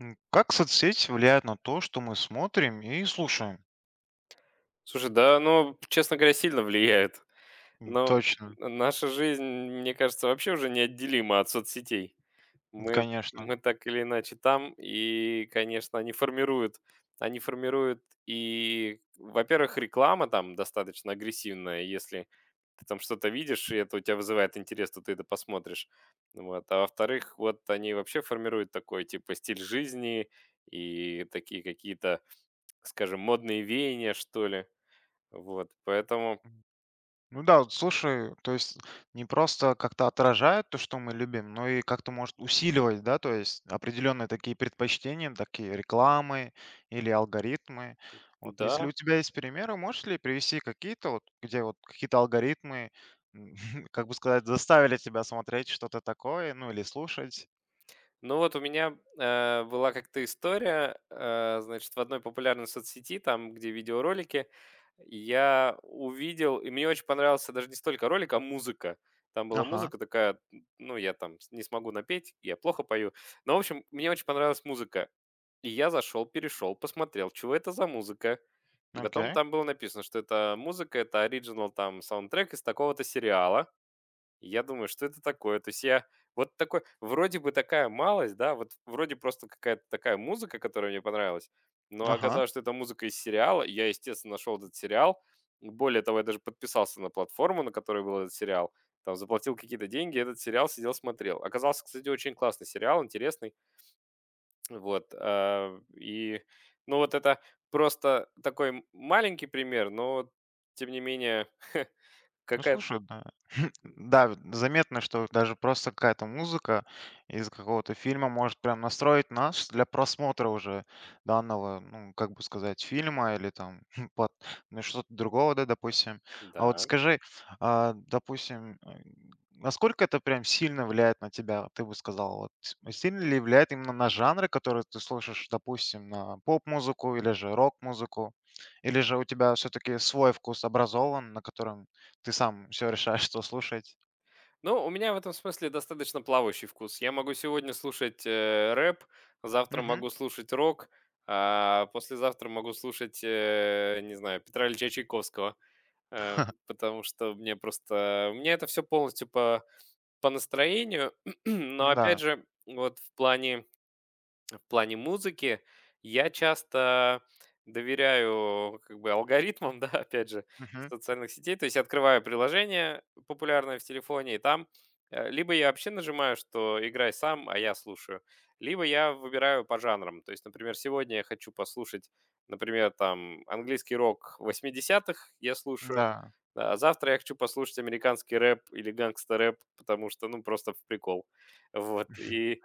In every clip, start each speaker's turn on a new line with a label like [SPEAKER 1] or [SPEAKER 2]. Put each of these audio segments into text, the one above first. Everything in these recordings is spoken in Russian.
[SPEAKER 1] Как соцсети влияют на то, что мы смотрим и слушаем?
[SPEAKER 2] Слушай, да, оно, честно говоря, сильно влияет.
[SPEAKER 1] М,
[SPEAKER 2] Но
[SPEAKER 1] Точно,
[SPEAKER 2] наша жизнь, мне кажется, вообще уже неотделима от соцсетей.
[SPEAKER 1] м,
[SPEAKER 2] Мы,
[SPEAKER 1] конечно.
[SPEAKER 2] мы так или иначе там, и, конечно, они формируют и, во-первых, реклама там достаточно агрессивная, если ты там что-то видишь, и это у тебя вызывает интерес, то ты это посмотришь. Вот. А во-вторых, вот они вообще формируют такой, типа, стиль жизни и такие какие-то, скажем, модные веяния, что ли. Вот, поэтому
[SPEAKER 1] М, Ну да, вот слушай, то есть не просто как-то отражает то, что мы любим, но и как-то может усиливать, да, то есть определенные такие предпочтения, такие рекламы или алгоритмы. Вот если
[SPEAKER 2] да.
[SPEAKER 1] у тебя есть примеры, можешь ли привести какие-то, вот, где вот какие-то алгоритмы, м, как бы сказать, заставили тебя смотреть что-то такое, ну или слушать?
[SPEAKER 2] Ну вот у меня, была как-то история, значит, в одной популярной соцсети, там, где видеоролики, я увидел, и мне очень понравился даже не столько ролик, а музыка. Там была
[SPEAKER 1] Ага,
[SPEAKER 2] музыка такая, ну, я там не смогу напеть, я плохо пою. Но, в общем, мне очень понравилась музыка. И я зашел, перешел, посмотрел, чего это за музыка. И потом
[SPEAKER 1] окей,
[SPEAKER 2] там было написано, что это музыка, это оригинал там саундтрек из такого-то сериала. Я думаю, что это такое? То есть я вот такой, вроде бы такая малость, да, вот вроде просто какая-то такая музыка, которая мне понравилась, но
[SPEAKER 1] ага.
[SPEAKER 2] оказалось, что это музыка из сериала. И я, естественно, нашел этот сериал. Более того, я даже подписался на платформу, на которой был этот сериал. Там заплатил какие-то деньги, этот сериал сидел, смотрел. Оказался, кстати, очень классный сериал, интересный. Вот. Ну, вот это просто такой маленький пример, но, тем не менее,
[SPEAKER 1] Ну,
[SPEAKER 2] какая-то...
[SPEAKER 1] слушай, да. Да, вот заметно, что даже просто какая-то музыка из какого-то фильма может прям настроить нас для просмотра уже данного, ну, как бы сказать, фильма или там под- ну, что-то другого, да, допустим. А вот
[SPEAKER 2] Да.
[SPEAKER 1] скажи, а, допустим, насколько это прям сильно влияет на тебя, ты бы сказал, вот, сильно ли влияет именно на жанры, которые ты слушаешь, допустим, на поп-музыку или же рок-музыку? Или же у тебя все-таки свой вкус образован, на котором ты сам все решаешь, что слушать.
[SPEAKER 2] Ну, у меня в этом смысле достаточно плавающий вкус. Я могу сегодня слушать рэп, завтра
[SPEAKER 1] Мгм.
[SPEAKER 2] могу слушать рок, а послезавтра могу слушать, не знаю, Петра Ильича Чайковского, э, потому что мне просто... Мне это все полностью по настроению, но опять
[SPEAKER 1] Да.
[SPEAKER 2] же, вот в плане музыки я часто доверяю как бы алгоритмам, да, опять же,
[SPEAKER 1] Мгм.
[SPEAKER 2] социальных сетей. То есть открываю приложение популярное в телефоне, и там либо я вообще нажимаю, что играй сам, а я слушаю, либо я выбираю по жанрам. То есть, например, сегодня я хочу послушать, например, там английский рок 80-х я слушаю,
[SPEAKER 1] Да.
[SPEAKER 2] да, а завтра я хочу послушать американский рэп или гангстер-рэп, потому что, ну, просто в прикол. Вот, и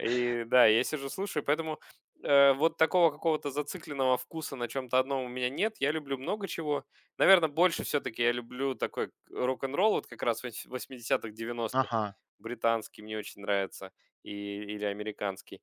[SPEAKER 2] и да, я сижу, слушаю, поэтому, вот такого какого-то зацикленного вкуса на чем то одном у меня нет. Я люблю много чего. Наверное, больше все таки я люблю такой рок-н-ролл, вот как раз 80-х, 90-х.
[SPEAKER 1] Ага.
[SPEAKER 2] Британский мне очень нравится или американский.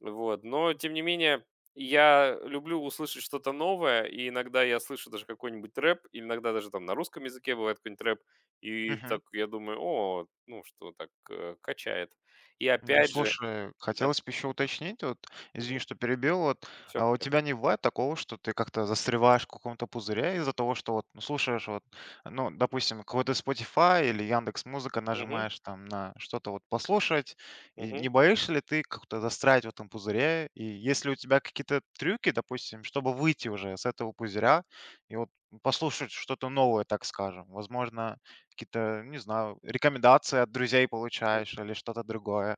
[SPEAKER 2] Вот, но тем не менее, я люблю услышать что-то новое, и иногда я слышу даже какой-нибудь рэп, и иногда даже там на русском языке бывает какой-нибудь рэп, и
[SPEAKER 1] Мгм.
[SPEAKER 2] так я думаю: "О, ну что, так, качает". И
[SPEAKER 1] Ну,
[SPEAKER 2] опять же
[SPEAKER 1] слушай,
[SPEAKER 2] да.
[SPEAKER 1] хотелось бы еще уточнить, вот, извини,
[SPEAKER 2] Все
[SPEAKER 1] что перебил, вот,
[SPEAKER 2] в
[SPEAKER 1] а у
[SPEAKER 2] порядке.
[SPEAKER 1] тебя не бывает такого, что ты как-то застреваешь в каком-то пузыре из-за того, что вот ну, слушаешь, вот, ну, допустим, какой-то Spotify или Яндекс Музыка
[SPEAKER 2] Мгм.
[SPEAKER 1] нажимаешь там на что-то вот послушать, и
[SPEAKER 2] Мгм.
[SPEAKER 1] не боишься ли ты как-то застрять в этом пузыре? И если у тебя какие-то трюки, допустим, чтобы выйти уже с этого пузыря и вот послушать что-то новое, так скажем, возможно, какие-то, не знаю, рекомендации от друзей
[SPEAKER 2] М.
[SPEAKER 1] получаешь или что-то другое.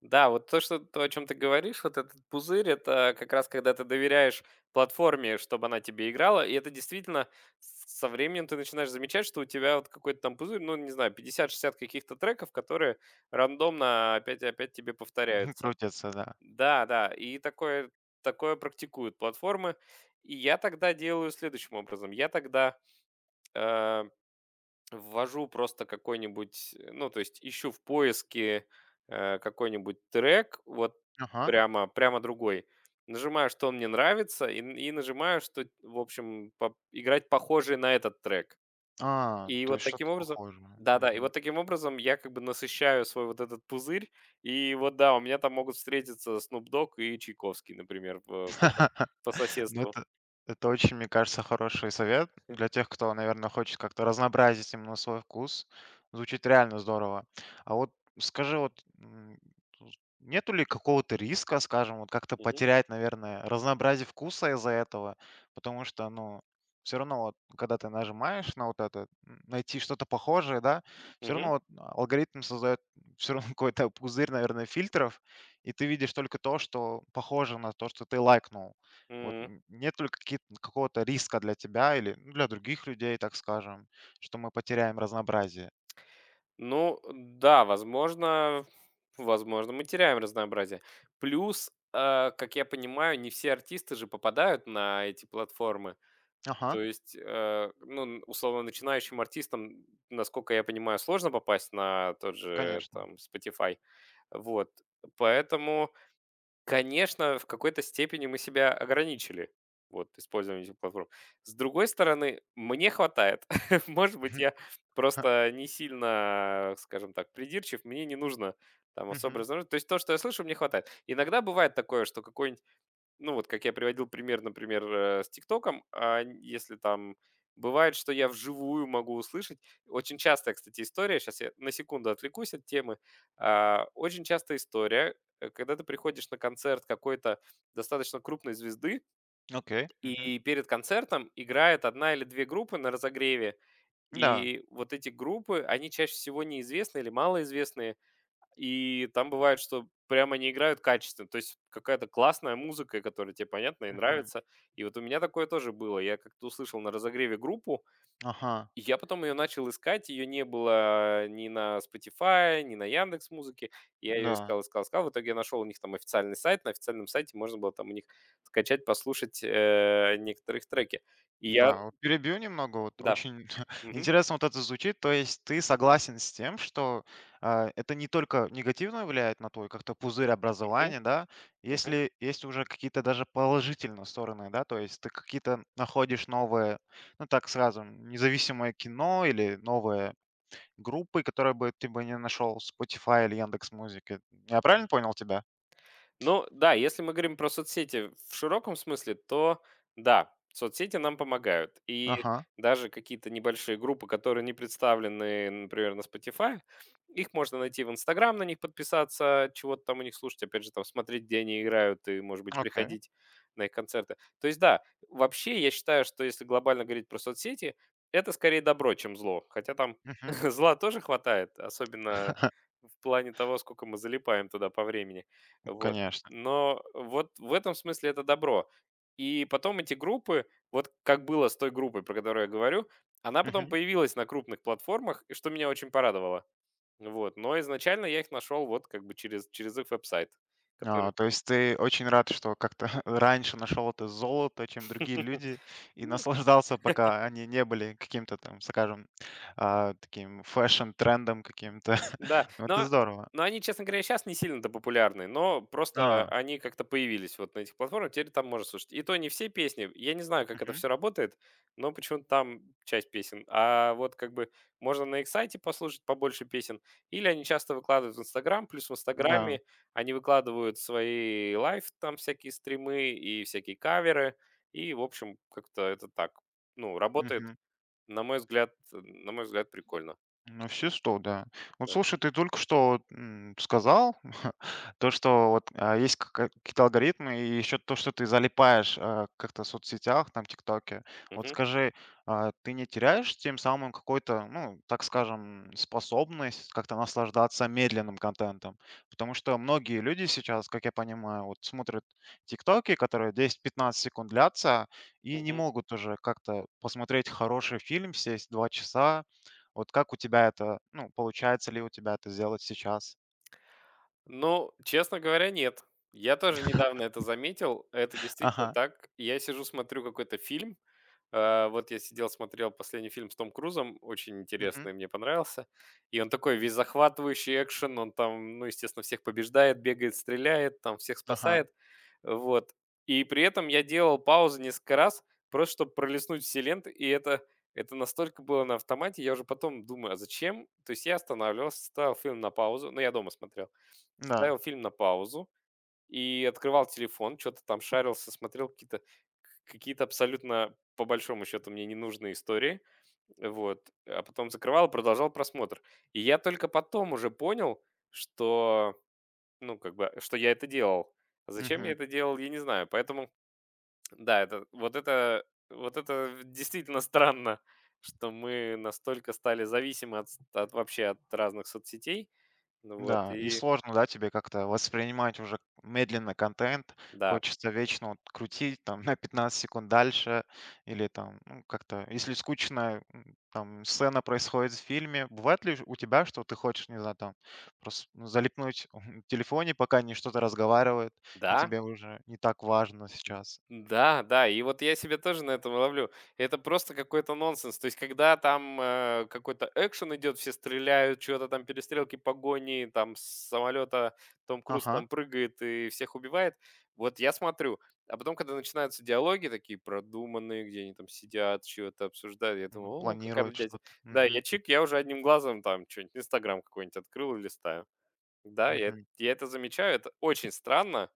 [SPEAKER 2] Да, вот то, о чем ты говоришь, вот этот пузырь — это как раз когда ты доверяешь платформе, чтобы она тебе играла. И это действительно со временем ты начинаешь замечать, что у тебя вот какой-то там пузырь, ну, не знаю, 50-60 каких-то треков, которые рандомно опять и опять тебе повторяются.
[SPEAKER 1] Крутятся, да.
[SPEAKER 2] Да, да, и такое практикуют платформы. И я тогда делаю следующим образом. Я тогда, э ввожу просто какой-нибудь, ну, то есть ищу в поиске, какой-нибудь трек, вот
[SPEAKER 1] Ага.
[SPEAKER 2] прямо другой. Нажимаю, что он мне нравится, и нажимаю, что, в общем, по играть похожий на этот трек.
[SPEAKER 1] А,
[SPEAKER 2] И
[SPEAKER 1] то
[SPEAKER 2] вот
[SPEAKER 1] есть
[SPEAKER 2] таким
[SPEAKER 1] что-то
[SPEAKER 2] образом
[SPEAKER 1] похожее.
[SPEAKER 2] да-да, и
[SPEAKER 1] Мгм.
[SPEAKER 2] вот таким образом я как бы насыщаю свой вот этот пузырь. И вот, да, у меня там могут встретиться Snoop Dogg и Чайковский, например, в по
[SPEAKER 1] Ну,
[SPEAKER 2] соседству.
[SPEAKER 1] это это очень, мне кажется, хороший совет для тех, кто, наверное, хочет как-то разнообразить именно свой вкус. Звучит реально здорово. А вот скажи, вот тут нету ли какого-то риска, скажем, вот как-то
[SPEAKER 2] Мгм.
[SPEAKER 1] потерять, наверное, разнообразие вкуса из-за этого? Потому что, ну, все равно вот, когда ты нажимаешь на вот это, найти что-то похожее, да, все равно
[SPEAKER 2] Мгм.
[SPEAKER 1] вот алгоритм создает все равно какой-то пузырь, наверное, фильтров, и ты видишь только то, что похоже на то, что ты лайкнул. Вот
[SPEAKER 2] М.
[SPEAKER 1] н нет ли какие какого-то риска для тебя или, ну, для других людей, так скажем, что мы потеряем разнообразие?
[SPEAKER 2] Ну да, возможно, мы теряем разнообразие. Плюс, как я понимаю, не все артисты же попадают на эти платформы.
[SPEAKER 1] Ага,
[SPEAKER 2] То есть, ну, условно, начинающим артистам, насколько я понимаю, сложно попасть на тот же
[SPEAKER 1] конечно.
[SPEAKER 2] там Spotify. Вот. Поэтому Конечно, в какой-то степени мы себя ограничили, вот, использованием этих платформ. С другой стороны, мне хватает. Может быть,
[SPEAKER 1] Мгм.
[SPEAKER 2] я
[SPEAKER 1] Ага.
[SPEAKER 2] просто не сильно, скажем так, придирчив, мне не нужно там особо разнообразить. То есть то, что я слышу, мне хватает. Иногда бывает такое, что какой-нибудь ну, вот как я приводил пример, например, с "ТикТоком", а, н если там бывает, что я вживую могу услышать. Очень частая, кстати, история. Сейчас я на секунду отвлекусь от темы. А, очень частая история, когда ты приходишь на концерт какой-то достаточно крупной звезды,
[SPEAKER 1] Окей. Мгм.
[SPEAKER 2] и перед концертом играет одна или 2 группы на разогреве.
[SPEAKER 1] Да.
[SPEAKER 2] И вот эти группы, они чаще всего неизвестные или малоизвестные. И там бывает, что прямо не играют качественно. То есть какая-то классная музыка, которая тебе понятна и
[SPEAKER 1] Мгм.
[SPEAKER 2] нравится. И вот у меня такое тоже было. Я как-то услышал на разогреве группу,
[SPEAKER 1] Ага.
[SPEAKER 2] и я потом ее начал искать. Ее не было ни на Spotify, ни на Яндекс Музыке. Я ее
[SPEAKER 1] Да.
[SPEAKER 2] искал, искал, искал. В итоге я нашел у них там официальный сайт. На официальном сайте можно было там у них скачать, послушать некоторых треки. И я,
[SPEAKER 1] Да, вот перебью немного. Вот
[SPEAKER 2] да.
[SPEAKER 1] очень
[SPEAKER 2] Мгм,
[SPEAKER 1] интересно вот это звучит. То есть ты согласен с тем, что это не только негативно влияет на твой как-то пузырь
[SPEAKER 2] мгм,
[SPEAKER 1] образования, да,
[SPEAKER 2] мгм.
[SPEAKER 1] если есть уже какие-то даже положительные стороны, да, то есть ты какие-то находишь новые, ну так сразу, независимое кино или новые группы, которые бы ты бы не нашел в Spotify или Яндекс Музыки. Я правильно понял тебя?
[SPEAKER 2] Ну да, если мы говорим про соцсети в широком смысле, то да, соцсети нам помогают. И
[SPEAKER 1] Ага,
[SPEAKER 2] даже какие-то небольшие группы, которые не представлены, например, на Spotify, их можно найти в Инстаграм, на них подписаться, чего-то там у них слушать, опять же, там смотреть, где они играют, и, может быть,
[SPEAKER 1] окей.
[SPEAKER 2] приходить на их концерты. То есть, да, вообще я считаю, что если глобально говорить про соцсети, это скорее добро, чем зло. Хотя там
[SPEAKER 1] Мгм.
[SPEAKER 2] зла тоже хватает, особенно в плане того, сколько мы залипаем туда по времени. Вот.
[SPEAKER 1] Конечно.
[SPEAKER 2] Но вот в этом смысле это добро. И потом эти группы, вот как было с той группой, про которую я говорю, она потом
[SPEAKER 1] Мгм.
[SPEAKER 2] появилась на крупных платформах, и что меня очень порадовало. Вот. Но изначально я их нашел вот как бы через их веб-сайт, который...
[SPEAKER 1] А, то есть ты очень рад, что как-то раньше нашел это золото, чем другие люди, и наслаждался, пока они не были каким-то там, скажем, таким фэшн-трендом каким-то.
[SPEAKER 2] Да,
[SPEAKER 1] Ну, это
[SPEAKER 2] но
[SPEAKER 1] здорово.
[SPEAKER 2] но они, честно говоря, сейчас не сильно-то популярны, но просто
[SPEAKER 1] А,
[SPEAKER 2] они как-то появились вот на этих платформах, теперь там можно слушать. И то не все песни, я не знаю, как это
[SPEAKER 1] мгм,
[SPEAKER 2] все работает, но почему-то там часть песен. А вот как бы можно на их сайте послушать побольше песен, или они часто выкладывают в "Инстаграм", плюс в
[SPEAKER 1] да.
[SPEAKER 2] "Инстаграме" они выкладывают свои лайф там всякие стримы и всякие каверы. И, в общем, как-то это так, ну, работает, на мой взгляд, прикольно.
[SPEAKER 1] Ну, все 100, да. Вот
[SPEAKER 2] Да.
[SPEAKER 1] слушай, ты только что, сказал то, что вот, есть кака какие-то алгоритмы, и еще то, что ты залипаешь, как-то в соцсетях, там, "Тиктоке". Вот
[SPEAKER 2] Мгм.
[SPEAKER 1] скажи, ты не теряешь тем самым какой-то, ну, так скажем, способность как-то наслаждаться медленным контентом? Потому что многие люди сейчас, как я понимаю, вот смотрят "Тиктоки", которые 10-15 секунд длятся, и не
[SPEAKER 2] Мгм.
[SPEAKER 1] могут уже как-то посмотреть хороший фильм, сесть 2 часа вот как у тебя это, ну, получается ли у тебя это сделать сейчас?
[SPEAKER 2] Ну, честно говоря, нет. Я тоже недавно это заметил. Это действительно
[SPEAKER 1] Ага,
[SPEAKER 2] так. Я сижу, смотрю какой-то фильм. Вот я сидел, смотрел последний фильм с Том Крузом, очень
[SPEAKER 1] мгм,
[SPEAKER 2] интересный, мне понравился. И он такой весь захватывающий экшен, он там, ну, естественно, всех побеждает, бегает, стреляет, там всех
[SPEAKER 1] ага,
[SPEAKER 2] спасает. Вот. И при этом я делал паузы несколько раз, просто чтобы пролистнуть все ленты, и это настолько было на автомате, я уже потом думаю, а зачем? То есть я останавливался, ставил фильм на паузу, но я дома смотрел.
[SPEAKER 1] да,
[SPEAKER 2] Ставил фильм на паузу и открывал телефон, что то там шарился, смотрел какие-то абсолютно, по большому счету, мне ненужные истории. Вот. А потом закрывал и продолжал просмотр. И я только потом уже понял, что, ну, как бы, что я это делал. А зачем я
[SPEAKER 1] мгм,
[SPEAKER 2] это делал, я не знаю. Поэтому, да, это вот это действительно странно, что мы настолько стали зависимы от ст от вообще от разных соцсетей. Ну вот
[SPEAKER 1] да. И
[SPEAKER 2] и
[SPEAKER 1] сложно, да, тебе как-то воспринимать уже медленно контент.
[SPEAKER 2] да.
[SPEAKER 1] Хочется вечно вот крутить там на 15 секунд дальше или там, ну, как-то, если скучная там сцена происходит в фильме, бывает ли у тебя, что ты хочешь, не знаю, там просто ну, залипнуть в телефоне, пока они что-то разговаривают, и
[SPEAKER 2] Да?
[SPEAKER 1] тебе уже не так важно сейчас?
[SPEAKER 2] Да, да, и вот я себя тоже на этом ловлю. Это просто какой-то нонсенс. То есть, когда там какой-то экшен идет, все стреляют, что-то там перестрелки, погони, там с самолета Том Круз
[SPEAKER 1] Ага,
[SPEAKER 2] там прыгает и всех убивает. Вот я смотрю. А потом, когда начинаются диалоги такие продуманные, где они там сидят, что-то обсуждают, я думаю, о, какая
[SPEAKER 1] планируют
[SPEAKER 2] дядя.
[SPEAKER 1] что-то.
[SPEAKER 2] Да, я чик, я уже одним глазом там что-нибудь, Инстаграм какой-нибудь открыл и листаю. Да, я,
[SPEAKER 1] Мгм.
[SPEAKER 2] я это замечаю, это очень странно,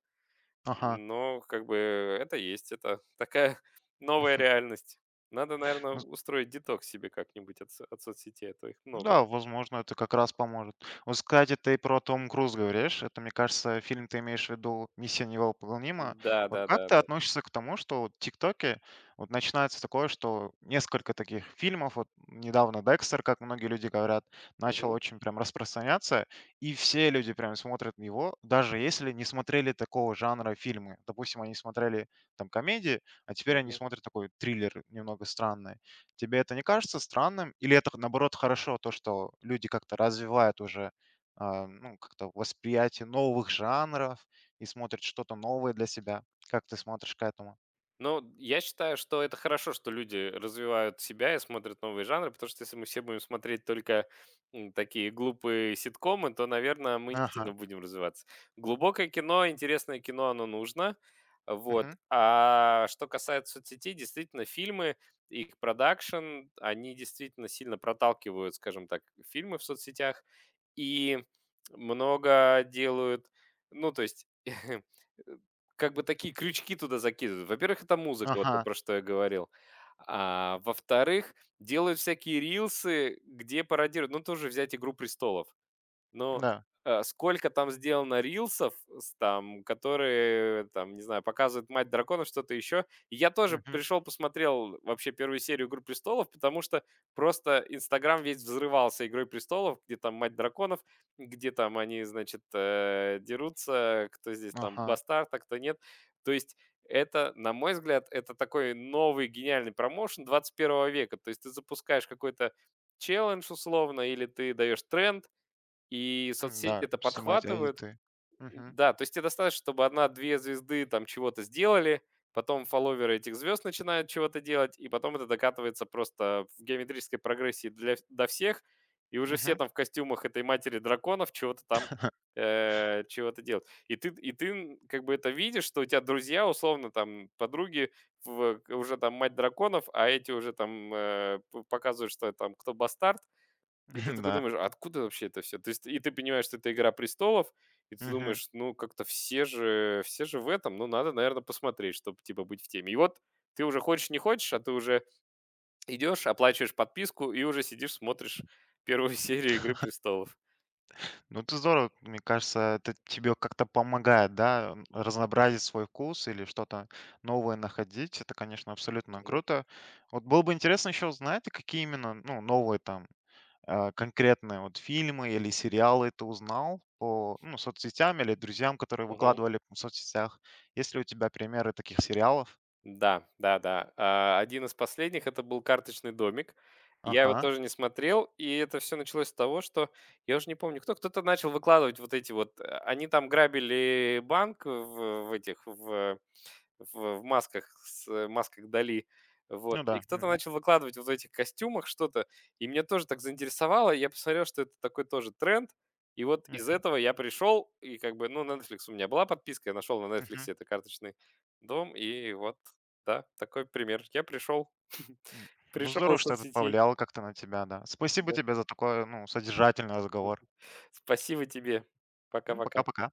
[SPEAKER 1] Ага.
[SPEAKER 2] но как бы это есть, это такая новая реальность. Надо, наверное,
[SPEAKER 1] Ну,
[SPEAKER 2] устроить деток себе как-нибудь от соцсетей, а то их много.
[SPEAKER 1] да, возможно, это как раз поможет. Вот, кстати, ты про Том Круз говоришь. Это, мне кажется, фильм ты имеешь в виду "Миссия невыполнима".
[SPEAKER 2] Да,
[SPEAKER 1] Вот
[SPEAKER 2] да,
[SPEAKER 1] как
[SPEAKER 2] да,
[SPEAKER 1] ты
[SPEAKER 2] да.
[SPEAKER 1] относишься к тому, что вот в "ТикТоке" вот начинается такое, что несколько таких фильмов, вот недавно "Декстер", как многие люди говорят, начал
[SPEAKER 2] Мгм,
[SPEAKER 1] очень прям распространяться, и все люди прям смотрят его, даже если не смотрели такого жанра фильмы. Допустим, они смотрели там комедии, а теперь они
[SPEAKER 2] мгм.
[SPEAKER 1] смотрят такой триллер немного странный. Тебе это не кажется странным? Или это, наоборот, хорошо, то, что люди как-то развивают уже, ну, как-то восприятие новых жанров и смотрят что-то новое для себя? Как ты смотришь к этому?
[SPEAKER 2] Ну, я считаю, что это хорошо, что люди развивают себя и смотрят новые жанры, потому что если мы все будем смотреть только такие глупые ситкомы, то, наверное, мы не
[SPEAKER 1] Ага.
[SPEAKER 2] сильно будем развиваться. Глубокое кино, интересное кино, оно нужно. Вот.
[SPEAKER 1] Мгм.
[SPEAKER 2] А что касается соцсетей, действительно, фильмы, их продакшн, они действительно сильно проталкивают, скажем так, фильмы в соцсетях и много делают, ну, то есть как бы такие крючки туда закидывают. Во-первых, это музыка, вот то,
[SPEAKER 1] Ага.
[SPEAKER 2] про что я говорил. А во-вторых, делают всякие рилсы, где пародируют, ну, тоже взять "Игру престолов". Ну,
[SPEAKER 1] Да.
[SPEAKER 2] э, сколько там сделано рилсов с там, которые, там, не знаю, показывают "Мать драконов", что-то еще. И я тоже
[SPEAKER 1] Мгм.
[SPEAKER 2] пришел, посмотрел вообще первую серию "Игры престолов", потому что просто "Инстаграм" весь взрывался "Игрой престолов", где там "Мать драконов", где там они, значит, дерутся, кто здесь там
[SPEAKER 1] Ага.
[SPEAKER 2] бастард, а кто нет. То есть это, на мой взгляд, это такой новый гениальный промоушен XXI века. То есть ты запускаешь какой-то челлендж условно или ты даешь тренд, и соцсети
[SPEAKER 1] Да,
[SPEAKER 2] это
[SPEAKER 1] снимать
[SPEAKER 2] подхватывают.
[SPEAKER 1] эдиты. Мгм.
[SPEAKER 2] Да, то есть тебе достаточно, чтобы одна-две звезды там чего-то сделали, потом фолловеры этих звезд начинают чего-то делать, и потом это докатывается просто в геометрической прогрессии до всех, и уже все
[SPEAKER 1] Мгм.
[SPEAKER 2] там в костюмах этой матери драконов чего-то там чего-то делают. И ты, как бы это видишь, что у тебя друзья, условно, там, подруги, уже там мать драконов, а эти уже там показывают, что там кто бастард, и ты такой
[SPEAKER 1] Да.
[SPEAKER 2] думаешь: "А откуда вообще это все?" То есть и ты понимаешь, что это "Игра престолов", и ты думаешь: "Ну, как-то все же в этом, ну, надо, наверное, посмотреть, чтобы, типа, быть в теме". И вот ты уже хочешь не хочешь, а ты уже идешь, оплачиваешь подписку и уже сидишь, смотришь первую серию "Игры престолов".
[SPEAKER 1] Ну, это здорово, мне кажется, это тебе как-то помогает, да, разнообразить свой вкус или что-то новое находить. Это, конечно, абсолютно
[SPEAKER 2] Мгм.
[SPEAKER 1] круто. Вот было бы интересно еще узнать, какие именно, ну, новые там конкретные вот фильмы или сериалы ты узнал по ну, соцсетям или друзьям, которые
[SPEAKER 2] Мгм.
[SPEAKER 1] выкладывали в соцсетях. Есть ли у тебя примеры таких сериалов?
[SPEAKER 2] Да, да-да. А, один из последних — это был "Карточный домик". Я его
[SPEAKER 1] Ага,
[SPEAKER 2] тоже не смотрел, и это все началось с того, что я уже не помню кто-то начал выкладывать вот эти вот, они там грабили банк в этих, в в масках, с масках Дали. Вот.
[SPEAKER 1] ну
[SPEAKER 2] И
[SPEAKER 1] да.
[SPEAKER 2] кто-то
[SPEAKER 1] Мгм,
[SPEAKER 2] начал выкладывать вот в этих костюмах что-то, и меня тоже так заинтересовало. Я посмотрел, что это такой тоже тренд. И вот из
[SPEAKER 1] мгм,
[SPEAKER 2] этого я пришел, и как бы, ну, на Netflix у меня была подписка, я нашел на Netflix
[SPEAKER 1] мгм.
[SPEAKER 2] это карточный дом, и вот, да, такой пример. Я пришел,
[SPEAKER 1] М, Ну,
[SPEAKER 2] пришел
[SPEAKER 1] здорово,
[SPEAKER 2] из
[SPEAKER 1] что это
[SPEAKER 2] соцсетей.
[SPEAKER 1] повлияло как-то на тебя, да. Спасибо
[SPEAKER 2] Да.
[SPEAKER 1] тебе за такой, ну, содержательный разговор.
[SPEAKER 2] Спасибо тебе. Пока-пока.
[SPEAKER 1] Пока-пока.